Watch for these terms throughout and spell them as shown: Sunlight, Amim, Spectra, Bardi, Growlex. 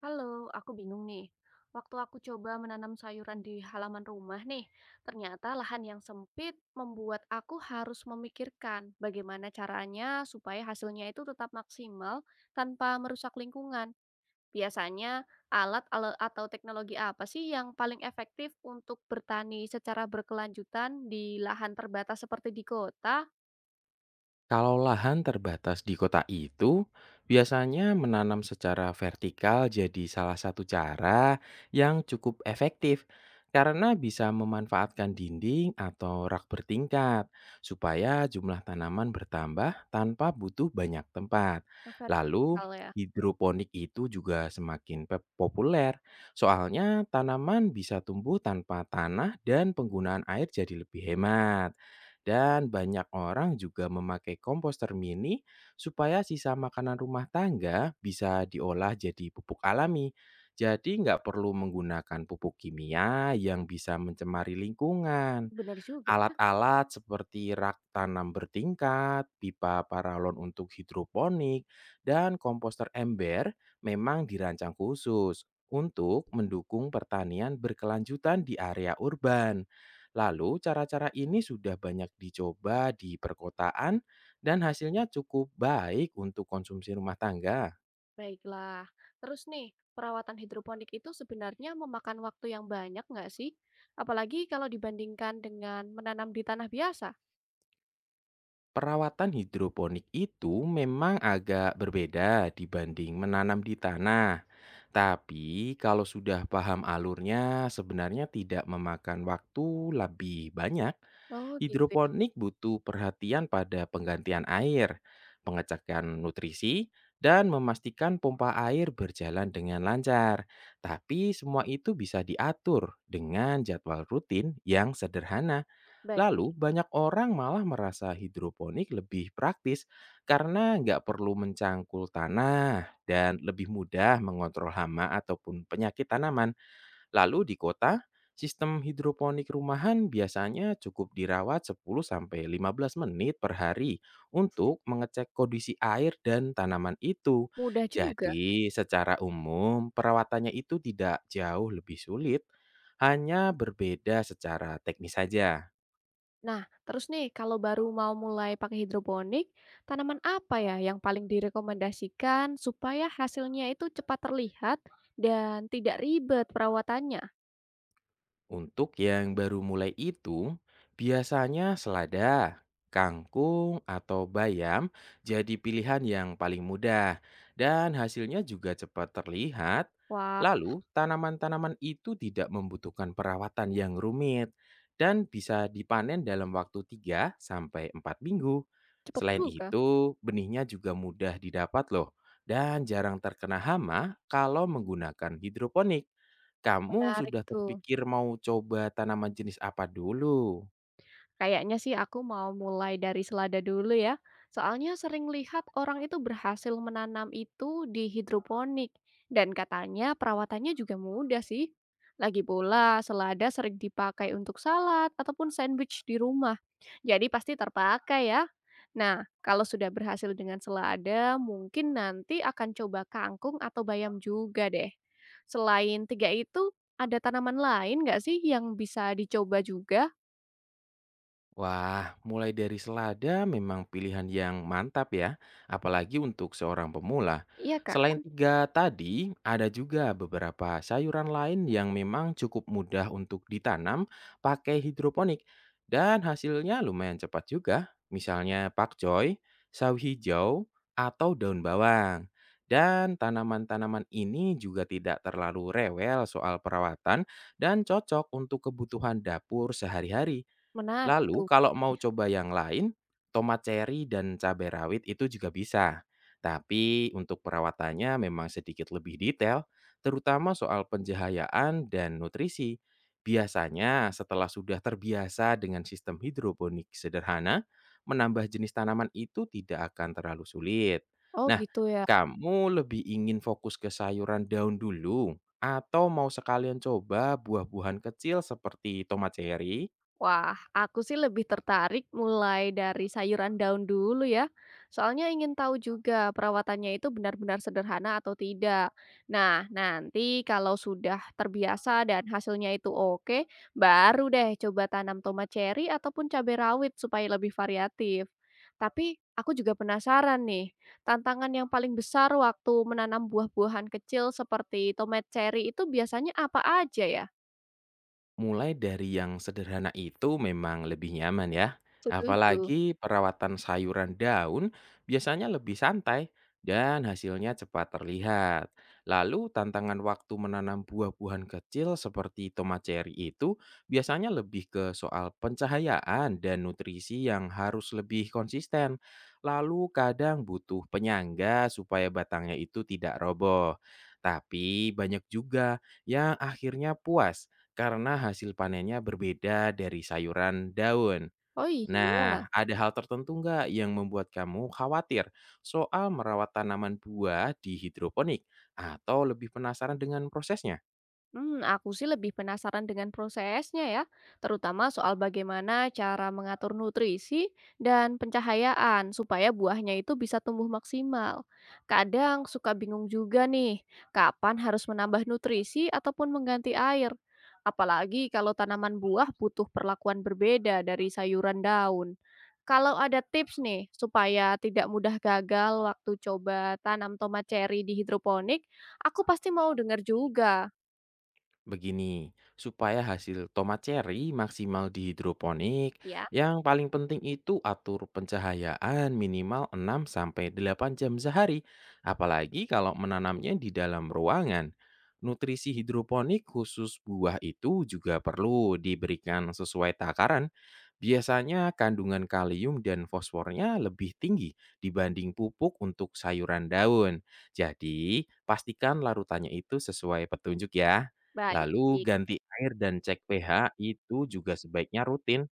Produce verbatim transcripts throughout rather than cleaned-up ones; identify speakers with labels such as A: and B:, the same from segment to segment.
A: Halo, aku bingung nih. Waktu aku coba menanam sayuran di halaman rumah nih, ternyata lahan yang sempit membuat aku harus memikirkan bagaimana caranya supaya hasilnya itu tetap maksimal tanpa merusak lingkungan. Biasanya alat ale- atau teknologi apa sih yang paling efektif untuk bertani secara berkelanjutan di lahan terbatas seperti di kota?
B: Kalau lahan terbatas di kota itu, biasanya menanam secara vertikal jadi salah satu cara yang cukup efektif karena bisa memanfaatkan dinding atau rak bertingkat supaya jumlah tanaman bertambah tanpa butuh banyak tempat.
A: Yang
B: Lalu,
A: vertikal ya,
B: hidroponik itu juga semakin pe- populer soalnya tanaman bisa tumbuh tanpa tanah dan penggunaan air jadi lebih hemat. Dan banyak orang juga memakai komposter mini supaya sisa makanan rumah tangga bisa diolah jadi pupuk alami. Jadi nggak perlu menggunakan pupuk kimia yang bisa mencemari lingkungan.
A: benar juga ya.
B: Alat-alat seperti rak tanam bertingkat, pipa paralon untuk hidroponik, dan komposter ember memang dirancang khusus untuk mendukung pertanian berkelanjutan di area urban. Lalu, cara-cara ini sudah banyak dicoba di perkotaan dan hasilnya cukup baik untuk konsumsi rumah tangga.
A: Baiklah. Terus nih, perawatan hidroponik itu sebenarnya memakan waktu yang banyak nggak sih? Apalagi kalau dibandingkan dengan menanam di tanah biasa.
B: Perawatan hidroponik itu memang agak berbeda dibanding menanam di tanah. Tapi kalau sudah paham alurnya, sebenarnya tidak memakan waktu lebih banyak.
A: Oh gitu ya.
B: Hidroponik butuh perhatian pada penggantian air, pengecekan nutrisi, dan memastikan pompa air berjalan dengan lancar. Tapi semua itu bisa diatur dengan jadwal rutin yang sederhana.
A: Baik.
B: Lalu banyak orang malah merasa hidroponik lebih praktis karena nggak perlu mencangkul tanah dan lebih mudah mengontrol hama ataupun penyakit tanaman. Lalu di kota, sistem hidroponik rumahan biasanya cukup dirawat sepuluh sampai lima belas menit per hari untuk mengecek kondisi air dan tanaman itu.
A: Mudah juga.
B: Jadi secara umum perawatannya itu tidak jauh lebih sulit, hanya berbeda secara teknis saja.
A: Nah, terus nih, kalau baru mau mulai pakai hidroponik, tanaman apa ya yang paling direkomendasikan supaya hasilnya itu cepat terlihat dan tidak ribet perawatannya?
B: Untuk yang baru mulai itu, biasanya selada, kangkung, atau bayam jadi pilihan yang paling mudah dan hasilnya juga cepat terlihat.
A: Wah,
B: Lalu, tanaman-tanaman itu tidak membutuhkan perawatan yang rumit dan bisa dipanen dalam waktu tiga sampai empat minggu.
A: cepet
B: Selain
A: juga.
B: itu, benihnya juga mudah didapat loh dan jarang terkena hama kalau menggunakan hidroponik. Kamu
A: Menarik
B: sudah
A: tuh.
B: terpikir mau coba tanaman jenis apa dulu?
A: Kayaknya sih aku mau mulai dari selada dulu ya. Soalnya sering lihat orang itu berhasil menanam itu di hidroponik. Dan katanya perawatannya juga mudah sih. Lagi pula selada sering dipakai untuk salad ataupun sandwich di rumah. Jadi pasti terpakai ya. Nah, kalau sudah berhasil dengan selada, mungkin nanti akan coba kangkung atau bayam juga deh. Selain tiga itu, ada tanaman lain nggak sih yang bisa dicoba juga?
B: Wah, mulai dari selada memang pilihan yang mantap ya, apalagi untuk seorang pemula.
A: Iya, Kak?
B: Selain tiga tadi, ada juga beberapa sayuran lain yang memang cukup mudah untuk ditanam pakai hidroponik dan hasilnya lumayan cepat juga. Misalnya pakcoy, sawi hijau, atau daun bawang. Dan tanaman-tanaman ini juga tidak terlalu rewel soal perawatan dan cocok untuk kebutuhan dapur sehari-hari.
A: Menarik
B: Lalu
A: tuh.
B: kalau mau coba yang lain, tomat ceri dan cabai rawit itu juga bisa. Tapi untuk perawatannya memang sedikit lebih detail, terutama soal pencahayaan dan nutrisi. Biasanya setelah sudah terbiasa dengan sistem hidroponik sederhana, menambah jenis tanaman itu tidak akan terlalu sulit.
A: Oh
B: Nah,
A: gitu ya.
B: kamu lebih ingin fokus ke sayuran daun dulu atau mau sekalian coba buah-buahan kecil seperti tomat ceri?
A: Wah, aku sih lebih tertarik mulai dari sayuran daun dulu ya. Soalnya ingin tahu juga perawatannya itu benar-benar sederhana atau tidak. Nah, nanti kalau sudah terbiasa dan hasilnya itu oke, baru deh coba tanam tomat cherry ataupun cabai rawit supaya lebih variatif. Tapi aku juga penasaran nih, tantangan yang paling besar waktu menanam buah-buahan kecil seperti tomat cherry itu biasanya apa aja ya?
B: Mulai dari yang sederhana itu memang lebih nyaman ya.
A: Setuju.
B: Apalagi perawatan sayuran daun biasanya lebih santai dan hasilnya cepat terlihat. Lalu tantangan waktu menanam buah-buahan kecil seperti tomat cherry itu biasanya lebih ke soal pencahayaan dan nutrisi yang harus lebih konsisten. Lalu kadang butuh penyangga supaya batangnya itu tidak roboh. Tapi banyak juga yang akhirnya puas karena hasil panennya berbeda dari sayuran daun.
A: Oh iya?
B: Nah, ada hal tertentu nggak yang membuat kamu khawatir soal merawat tanaman buah di hidroponik? Atau lebih penasaran dengan prosesnya?
A: Hmm, aku sih lebih penasaran dengan prosesnya ya, terutama soal bagaimana cara mengatur nutrisi dan pencahayaan supaya buahnya itu bisa tumbuh maksimal. Kadang suka bingung juga nih, kapan harus menambah nutrisi ataupun mengganti air. Apalagi kalau tanaman buah butuh perlakuan berbeda dari sayuran daun. Kalau ada tips nih supaya tidak mudah gagal waktu coba tanam tomat cherry di hidroponik, aku pasti mau dengar juga,
B: Begini, supaya hasil tomat cherry maksimal di hidroponik,
A: ya.
B: yang paling penting itu atur pencahayaan minimal enam sampai delapan jam sehari, apalagi kalau menanamnya di dalam ruangan. Nutrisi hidroponik khusus buah itu juga perlu diberikan sesuai takaran. Biasanya kandungan kalium dan fosfornya lebih tinggi dibanding pupuk untuk sayuran daun. Jadi, pastikan larutannya itu sesuai petunjuk ya.
A: Baik,
B: Lalu ganti air dan cek pH itu juga sebaiknya rutin.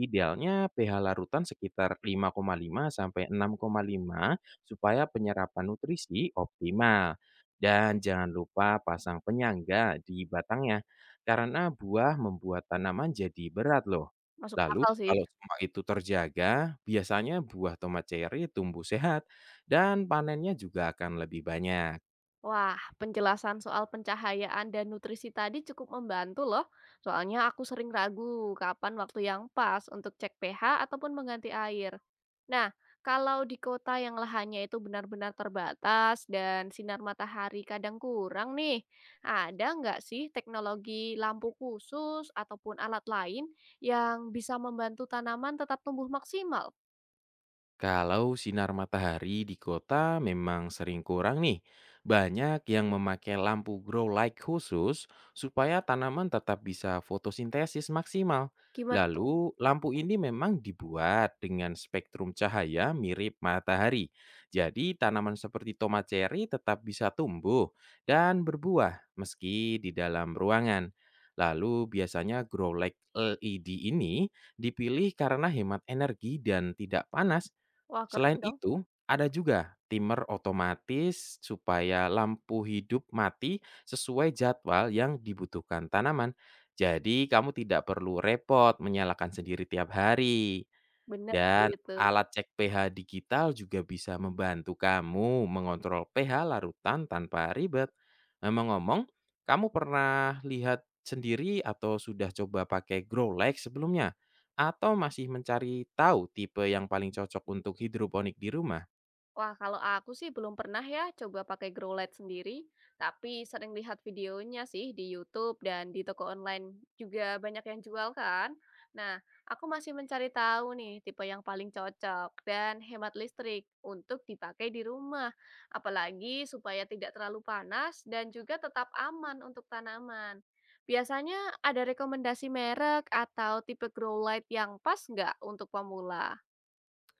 B: Idealnya pH larutan sekitar lima koma lima sampai enam koma lima supaya penyerapan nutrisi optimal. Dan jangan lupa pasang penyangga di batangnya karena buah membuat tanaman jadi berat loh.
A: masuk
B: Lalu
A: akal sih.
B: kalau semua itu terjaga, biasanya buah tomat cherry tumbuh sehat dan panennya juga akan lebih banyak.
A: Wah, penjelasan soal pencahayaan dan nutrisi tadi cukup membantu loh. Soalnya aku sering ragu kapan waktu yang pas untuk cek pH ataupun mengganti air. Nah, kalau di kota yang lahannya itu benar-benar terbatas dan sinar matahari kadang kurang nih, ada nggak sih teknologi lampu khusus ataupun alat lain yang bisa membantu tanaman tetap tumbuh maksimal?
B: Kalau sinar matahari di kota memang sering kurang nih, banyak yang memakai lampu grow light khusus supaya tanaman tetap bisa fotosintesis maksimal.
A: Gimana tuh?
B: Lalu, lampu ini memang dibuat dengan spektrum cahaya mirip matahari. Jadi, tanaman seperti tomat ceri tetap bisa tumbuh dan berbuah meski di dalam ruangan. Lalu, biasanya grow light L E D ini dipilih karena hemat energi dan tidak panas.
A: Wah,
B: Selain
A: keren dong.
B: itu, ada juga timer otomatis supaya lampu hidup mati sesuai jadwal yang dibutuhkan tanaman. Jadi, kamu tidak perlu repot menyalakan sendiri tiap hari.
A: Bener
B: Dan
A: gitu.
B: alat cek pH digital juga bisa membantu kamu mengontrol pH larutan tanpa ribet. Ngomong-ngomong, kamu pernah lihat sendiri atau sudah coba pakai Growlex sebelumnya? Atau masih mencari tahu tipe yang paling cocok untuk hidroponik di rumah?
A: Wah, kalau aku sih belum pernah ya coba pakai grow light sendiri, tapi sering lihat videonya sih di YouTube dan di toko online juga banyak yang jual kan. Nah, aku masih mencari tahu nih tipe yang paling cocok dan hemat listrik untuk dipakai di rumah, apalagi supaya tidak terlalu panas dan juga tetap aman untuk tanaman. Biasanya ada rekomendasi merek atau tipe grow light yang pas nggak untuk pemula?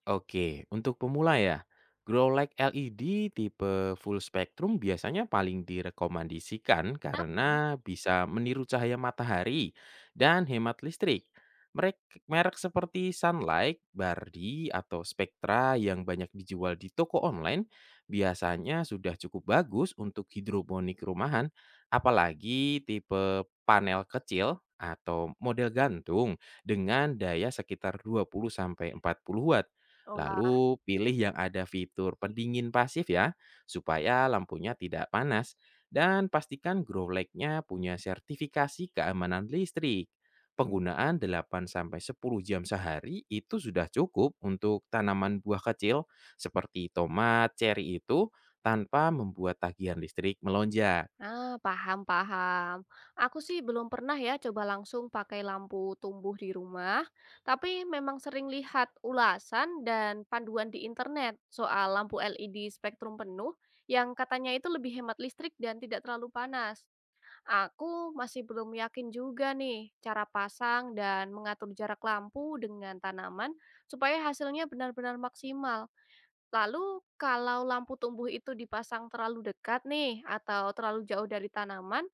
B: Oke, untuk pemula ya, grow light L E D tipe full spectrum biasanya paling direkomendasikan
A: Kenapa?
B: karena bisa meniru cahaya matahari dan hemat listrik. Merek, merek seperti Sunlight, Bardi, atau Spectra yang banyak dijual di toko online biasanya sudah cukup bagus untuk hidroponik rumahan, apalagi tipe panel kecil atau model gantung dengan daya sekitar dua puluh sampai empat puluh watt.
A: Hmm.
B: Lalu pilih yang ada fitur pendingin pasif ya, supaya lampunya tidak panas. Dan pastikan grow light-nya punya sertifikasi keamanan listrik. Penggunaan delapan sampai sepuluh jam sehari itu sudah cukup untuk tanaman buah kecil seperti tomat, ceri itu tanpa membuat tagihan listrik melonjak.
A: Ah, paham paham. Aku sih belum pernah ya coba langsung pakai lampu tumbuh di rumah, tapi memang sering lihat ulasan dan panduan di internet soal lampu L E D spektrum penuh yang katanya itu lebih hemat listrik dan tidak terlalu panas. Aku masih belum yakin juga nih cara pasang dan mengatur jarak lampu dengan tanaman supaya hasilnya benar-benar maksimal. Lalu kalau lampu tumbuh itu dipasang terlalu dekat nih atau terlalu jauh dari tanaman,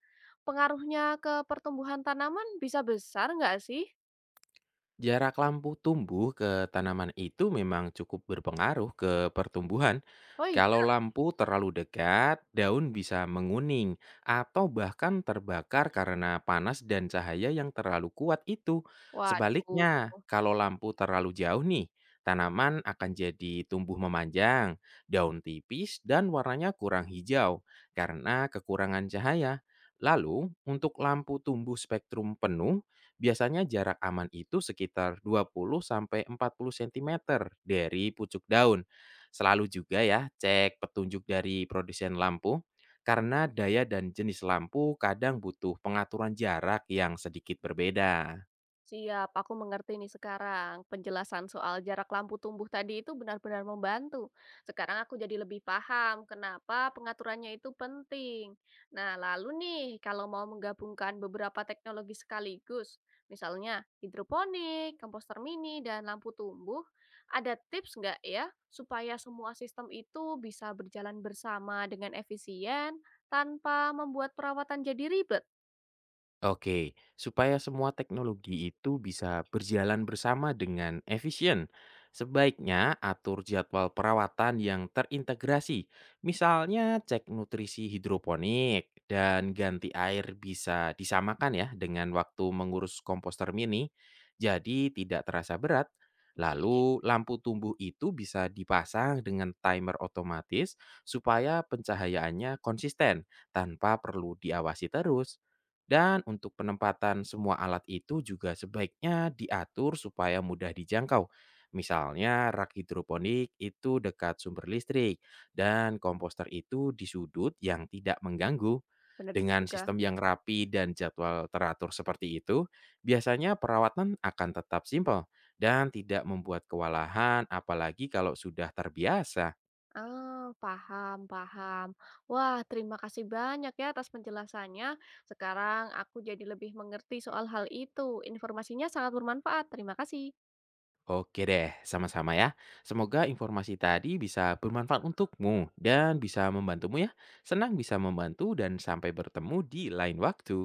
A: pengaruhnya ke pertumbuhan tanaman bisa besar nggak sih?
B: Jarak lampu tumbuh ke tanaman itu memang cukup berpengaruh ke pertumbuhan.
A: Oh
B: Kalau
A: iya?
B: lampu terlalu dekat, daun bisa menguning atau bahkan terbakar karena panas dan cahaya yang terlalu kuat itu.
A: Waduh.
B: Sebaliknya, kalau lampu terlalu jauh nih, tanaman akan jadi tumbuh memanjang, daun tipis dan warnanya kurang hijau karena kekurangan cahaya. Lalu, untuk lampu tumbuh spektrum penuh biasanya jarak aman itu sekitar dua puluh sampai empat puluh sentimeter dari pucuk daun. Selalu juga ya cek petunjuk dari produsen lampu karena daya dan jenis lampu kadang butuh pengaturan jarak yang sedikit berbeda.
A: Siap, aku mengerti nih sekarang. Penjelasan soal jarak lampu tumbuh tadi itu benar-benar membantu. Sekarang aku jadi lebih paham kenapa pengaturannya itu penting. Nah, lalu nih, kalau mau menggabungkan beberapa teknologi sekaligus, misalnya hidroponik, komposter mini, dan lampu tumbuh, ada tips nggak ya supaya semua sistem itu bisa berjalan bersama dengan efisien tanpa membuat perawatan jadi ribet?
B: Oke, supaya semua teknologi itu bisa berjalan bersama dengan efisien, sebaiknya atur jadwal perawatan yang terintegrasi. Misalnya cek nutrisi hidroponik dan ganti air bisa disamakan ya dengan waktu mengurus komposter mini. Jadi tidak terasa berat. Lalu lampu tumbuh itu bisa dipasang dengan timer otomatis supaya pencahayaannya konsisten tanpa perlu diawasi terus dan untuk penempatan semua alat itu juga sebaiknya diatur supaya mudah dijangkau. Misalnya rak hidroponik itu dekat sumber listrik dan komposter itu di sudut yang tidak mengganggu.
A: Benar
B: Dengan
A: juga.
B: sistem yang rapi dan jadwal teratur seperti itu, biasanya perawatan akan tetap simpel dan tidak membuat kewalahan apalagi kalau sudah terbiasa.
A: Oh, paham, paham. Wah, terima kasih banyak ya atas penjelasannya. Sekarang aku jadi lebih mengerti soal hal itu. Informasinya sangat bermanfaat. Terima kasih.
B: Oke deh, sama-sama ya. Semoga informasi tadi bisa bermanfaat untukmu dan bisa membantumu ya. Senang bisa membantu dan sampai bertemu di lain waktu.